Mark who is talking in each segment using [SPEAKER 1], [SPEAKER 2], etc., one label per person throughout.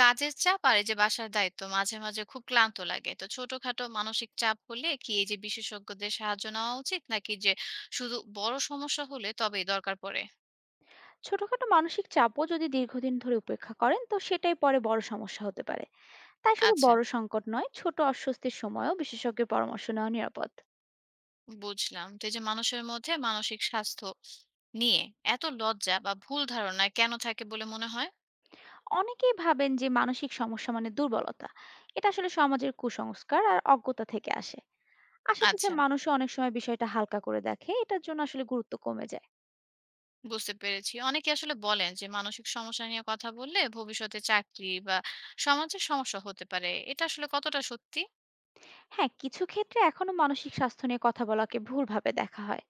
[SPEAKER 1] কাজের চাপ আর এই যে বাসার দায়িত্ব মাঝে মাঝে খুব ক্লান্ত লাগে। তো ছোটখাটো মানসিক চাপ হলে কি এই যে বিশেষজ্ঞদের সাহায্য নেওয়া উচিত, নাকি যে শুধু বড় সমস্যা হলে তবেই দরকার পড়ে?
[SPEAKER 2] ছোটখাটো মানসিক চাপও যদি দীর্ঘদিন ধরে উপেক্ষা করেন তো সেটাই পরে বড় সমস্যা হতে পারে। তাই শুধু
[SPEAKER 1] আচ্ছা,
[SPEAKER 2] বড় সংকট নয়, ছোট অস্বস্তির সময়ও বিশেষজ্ঞের পরামর্শ নেওয়া নিরাপদ।
[SPEAKER 1] বুঝলাম। তো এই যে মানুষের মধ্যে মানসিক স্বাস্থ্য নিয়ে এত লজ্জা বা ভুল ধারণা কেন থাকে বলে মনে হয়?
[SPEAKER 2] অনেকেই ভাবেন যে মানসিক সমস্যা মানে দুর্বলতা। এটা আসলে সমাজের কুসংস্কার আর অজ্ঞতা থেকে আসে। আশেপাশের
[SPEAKER 1] আচ্ছা,
[SPEAKER 2] মানুষও অনেক সময় বিষয়টা হালকা করে দেখে, এটার জন্য আসলে গুরুত্ব কমে যায়।
[SPEAKER 1] বুঝতে পেরেছি। অনেকে আসলে বলেন যে মানসিক সমস্যা নিয়ে কথা বললে ভবিষ্যতে চাকরি বা সমাজের সমস্যা হতে পারে, এটা আসলে কতটা সত্যি?
[SPEAKER 2] হ্যাঁ, কিছু ক্ষেত্রে এখনো মানসিক স্বাস্থ্য নিয়ে কথা বলাকে ভুলভাবে দেখা হয়।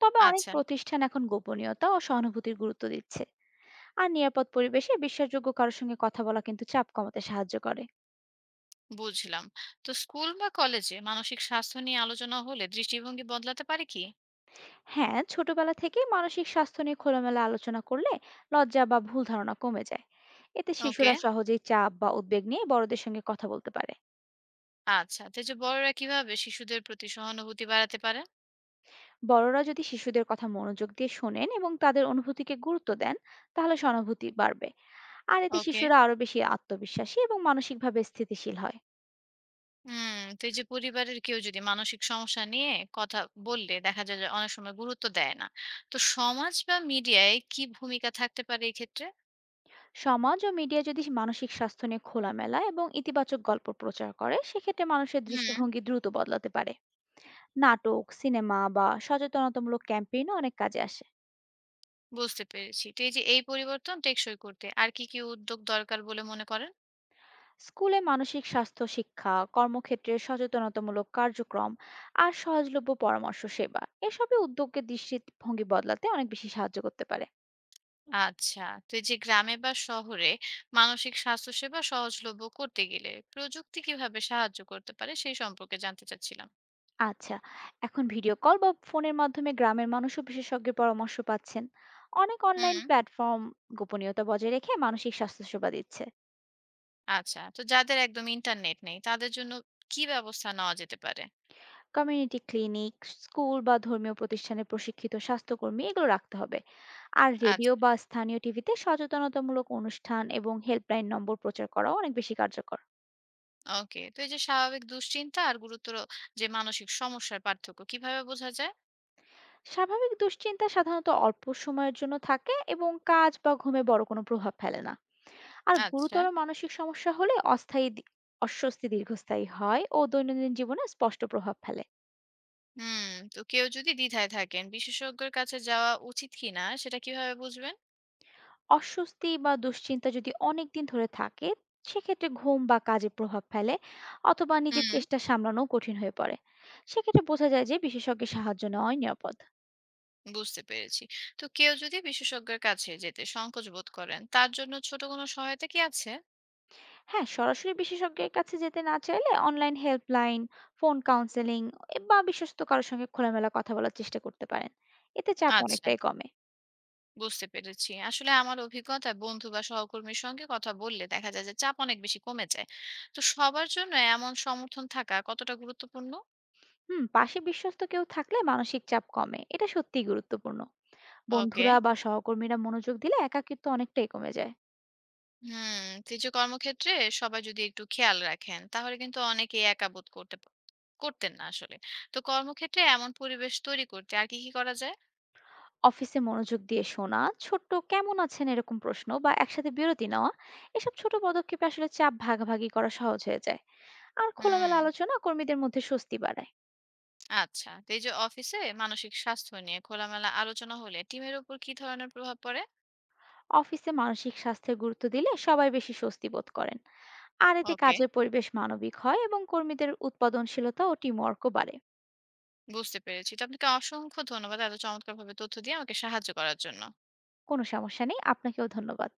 [SPEAKER 2] তবে অনেক
[SPEAKER 1] আচ্ছা,
[SPEAKER 2] প্রতিষ্ঠান এখন গোপনীয়তা ও সহানুভূতির গুরুত্ব দিচ্ছে। আর নিরাপদ পরিবেশে বিশ্বাসযোগ্য কারোর সঙ্গে কথা বলা কিন্তু চাপ কমাতে সাহায্য করে।
[SPEAKER 1] বুঝলাম। তো স্কুল বা কলেজে মানসিক স্বাস্থ্য নিয়ে আলোচনা হলে দৃষ্টিভঙ্গি বদলাতে পারে কি?
[SPEAKER 2] হ্যাঁ, ছোটবেলা থেকে মানসিক স্বাস্থ্য নিয়ে খোলামেলা আলোচনা করলে লজ্জা বা ভুল ধারণা কমে যায়। এতে
[SPEAKER 1] ওকে।
[SPEAKER 2] শিশুরা সহজেই চাপ বা উদ্বেগ নিয়ে বড়দের সঙ্গে কথা বলতে পারে।
[SPEAKER 1] আচ্ছা, তো এই যে বড়রা কিভাবে শিশুদের প্রতি সহানুভূতি বাড়াতে পারে?
[SPEAKER 2] বড়রা যদি শিশুদের কথা মনোযোগ দিয়ে শোনেন এবং তাদের অনুভূতিকে গুরুত্ব দেন, তাহলে সহানুভূতি বাড়বে। আর এতে
[SPEAKER 1] ওকে।
[SPEAKER 2] শিশুরা আরো বেশি আত্মবিশ্বাসী এবং মানসিকভাবে স্থিতিশীল হয়।
[SPEAKER 1] হুম, তো এই যে পরিবারের কেউ যদি মানসিক সমস্যা নিয়ে কথা বললে দেখা যায় যে অনেক সময় গুরুত্ব দেয় না, তো সমাজ বা মিডিয়ায় কি ভূমিকা থাকতে পারে এই ক্ষেত্রে?
[SPEAKER 2] সমাজ ও মিডিয়া যদি মানসিক স্বাস্থ্য নিয়ে খোলামেলা এবং ইতিবাচক গল্প প্রচার করে, সেক্ষেত্রে মানুষের
[SPEAKER 1] হুম।
[SPEAKER 2] দৃষ্টিভঙ্গি দ্রুত বদলাতে পারে। নাটক, সিনেমা বা সচেতনতামূলক ক্যাম্পেইনও অনেক কাজে আসে।
[SPEAKER 1] বুঝতে পেরেছি। তো এই যে এই পরিবর্তন টেকসই করতে আর কি কি উদ্যোগ দরকার বলে মনে করেন?
[SPEAKER 2] স্কুলে মানসিক স্বাস্থ্য শিক্ষা, কর্মক্ষেত্রে সচেতনতামূলক কার্যক্রম আর সহজলভ্য পরামর্শ সেবা, এসবে উদ্যোগকে দৃষ্টিভঙ্গি বদলাতে অনেক বেশি সাহায্য করতে পারে।
[SPEAKER 1] আচ্ছা, তো এই যে গ্রামে বা শহরে মানসিক স্বাস্থ্য সেবা সহজলভ্য করতে গেলে প্রযুক্তি কিভাবে সাহায্য করতে পারে সেই সম্পর্কে জানতে চাচ্ছিলাম।
[SPEAKER 2] আচ্ছা, এখন ভিডিও কল বা ফোনের মাধ্যমে গ্রামের মানুষও বিশেষজ্ঞের পরামর্শ পাচ্ছেন। অনেক
[SPEAKER 1] হুম।
[SPEAKER 2] অনলাইন প্ল্যাটফর্ম গোপনীয়তা বজায় রেখে মানসিক স্বাস্থ্য সেবা দিচ্ছে।
[SPEAKER 1] আচ্ছা, তো যাদের একদম ইন্টারনেট নেই, তাদের জন্য কি ব্যবস্থা নেওয়া যেতে পারে?
[SPEAKER 2] কমিউনিটি ক্লিনিক, স্কুল বা ধর্মীয় প্রতিষ্ঠানে প্রশিক্ষিত স্বাস্থ্যকর্মী এগুলো রাখতে হবে। আর রেডিও
[SPEAKER 1] আচ্ছা।
[SPEAKER 2] বা স্থানীয় টিভিতে সচেতনতামূলক অনুষ্ঠান এবং হেল্পলাইন নম্বর প্রচার করাও অনেক বেশি কার্যকর।
[SPEAKER 1] ওকে, তো এই যে স্বাভাবিক দুশ্চিন্তা আর গুরুতর যে মানসিক সমস্যার পার্থক্য কিভাবে বোঝা যায়?
[SPEAKER 2] স্বাভাবিক দুশ্চিন্তা সাধারণত অল্প সময়ের জন্য থাকে এবং কাজ বা ঘুমে বড় কোনো প্রভাব ফেলে না। আর
[SPEAKER 1] আচ্ছা।
[SPEAKER 2] গুরুতর মানসিক সমস্যা হলে অস্থায়ী অস্বস্তি দীর্ঘস্থায়ী হয় ও দৈনন্দিন জীবনে স্পষ্ট প্রভাব ফেলে।
[SPEAKER 1] হুম, তো কেউ যদি দ্বিধায় থাকেন বিশেষজ্ঞের কাছে যাওয়া উচিত কিনা, সেটা কিভাবে বুঝবেন?
[SPEAKER 2] অস্বস্তি বা দুশ্চিন্তা যদি অনেকদিন ধরে থাকে, সেক্ষেত্রে ঘুম বা কাজে প্রভাব ফেলে, অথবা নিজের
[SPEAKER 1] হুম।
[SPEAKER 2] চেষ্টা সামলানো কঠিন হয়ে পড়ে, সেক্ষেত্রে বোঝা যায় যে বিশেষজ্ঞের সাহায্য নেওয়াই নিরাপদ।
[SPEAKER 1] বুঝতে পেরেছি। তো কেউ যদি বিশেষজ্ঞের কাছে যেতে সংকোচ বোধ করেন, তার জন্য ছোট কোনো সহায়তা কি আছে?
[SPEAKER 2] হ্যাঁ, সরাসরি বিশেষজ্ঞের কাছে যেতে না চাইলে অনলাইন হেল্পলাইন, ফোন কাউন্সেলিং বা বিশ্বস্ত কারোর সঙ্গে খোলামেলা কথা বলার চেষ্টা করতে পারেন। এতে চাপ
[SPEAKER 1] আচ্ছা,
[SPEAKER 2] অনেকটাই কমে।
[SPEAKER 1] বুঝতে পেরেছি। আসলে আমার অভিজ্ঞতায় বন্ধু বা সহকর্মীর সঙ্গে কথা বললে দেখা যায় যে চাপ অনেক বেশি কমে যায়। তো সবার জন্য এমন সমর্থন থাকা কতটা গুরুত্বপূর্ণ?
[SPEAKER 2] হুম, পাশে বিশ্বস্ত কেউ থাকলে মানসিক চাপ কমে, এটা সত্যিই গুরুত্বপূর্ণ।
[SPEAKER 1] ওকে।
[SPEAKER 2] বন্ধুরা বা সহকর্মীরা মনোযোগ দিলে একাকিত্ব অনেকটাই কমে যায়।
[SPEAKER 1] হুম, তো এই যে কর্মক্ষেত্রে সবাই যদি একটু খেয়াল রাখেন, তাহলে কিন্তু অনেকেই একা বোধ করতে করতেন না আসলে। তো কর্মক্ষেত্রে এমন পরিবেশ তৈরি করতে আর কি কি করা যায়?
[SPEAKER 2] অফিসে মনোযোগ দিয়ে শোনা, ছোট্ট কেমন আছেন এরকম প্রশ্ন বা একসাথে বিরতি নেওয়া, এসব ছোট পদক্ষেপে আসলে চাপ ভাগাভাগি করা সহজ হয়ে যায়। আর খোলামেলা
[SPEAKER 1] হুম।
[SPEAKER 2] আলোচনা কর্মীদের মধ্যে স্বস্তি বাড়ায়।
[SPEAKER 1] আচ্ছা, তো এই যে অফিসে মানসিক স্বাস্থ্য নিয়ে খোলামেলা আলোচনা হলে টিমের উপর কি ধরনের প্রভাব পড়ে?
[SPEAKER 2] অফিসে মানসিক স্বাস্থ্যের গুরুত্ব দিলে সবাই বেশি স্বস্তি বোধ করেন। আর এতে
[SPEAKER 1] ওকে,
[SPEAKER 2] কাজের পরিবেশ মানবিক হয় এবং কর্মীদের উৎপাদনশীলতা ও টিমওয়ার্কও বাড়ে।
[SPEAKER 1] বুঝতে পেরেছি। তো আপনাকে অসংখ্য ধন্যবাদ এত চমৎকার ভাবে তথ্য দিয়ে আমাকে সাহায্য করার জন্য।
[SPEAKER 2] কোনো সমস্যা নেই, আপনাকেও ধন্যবাদ।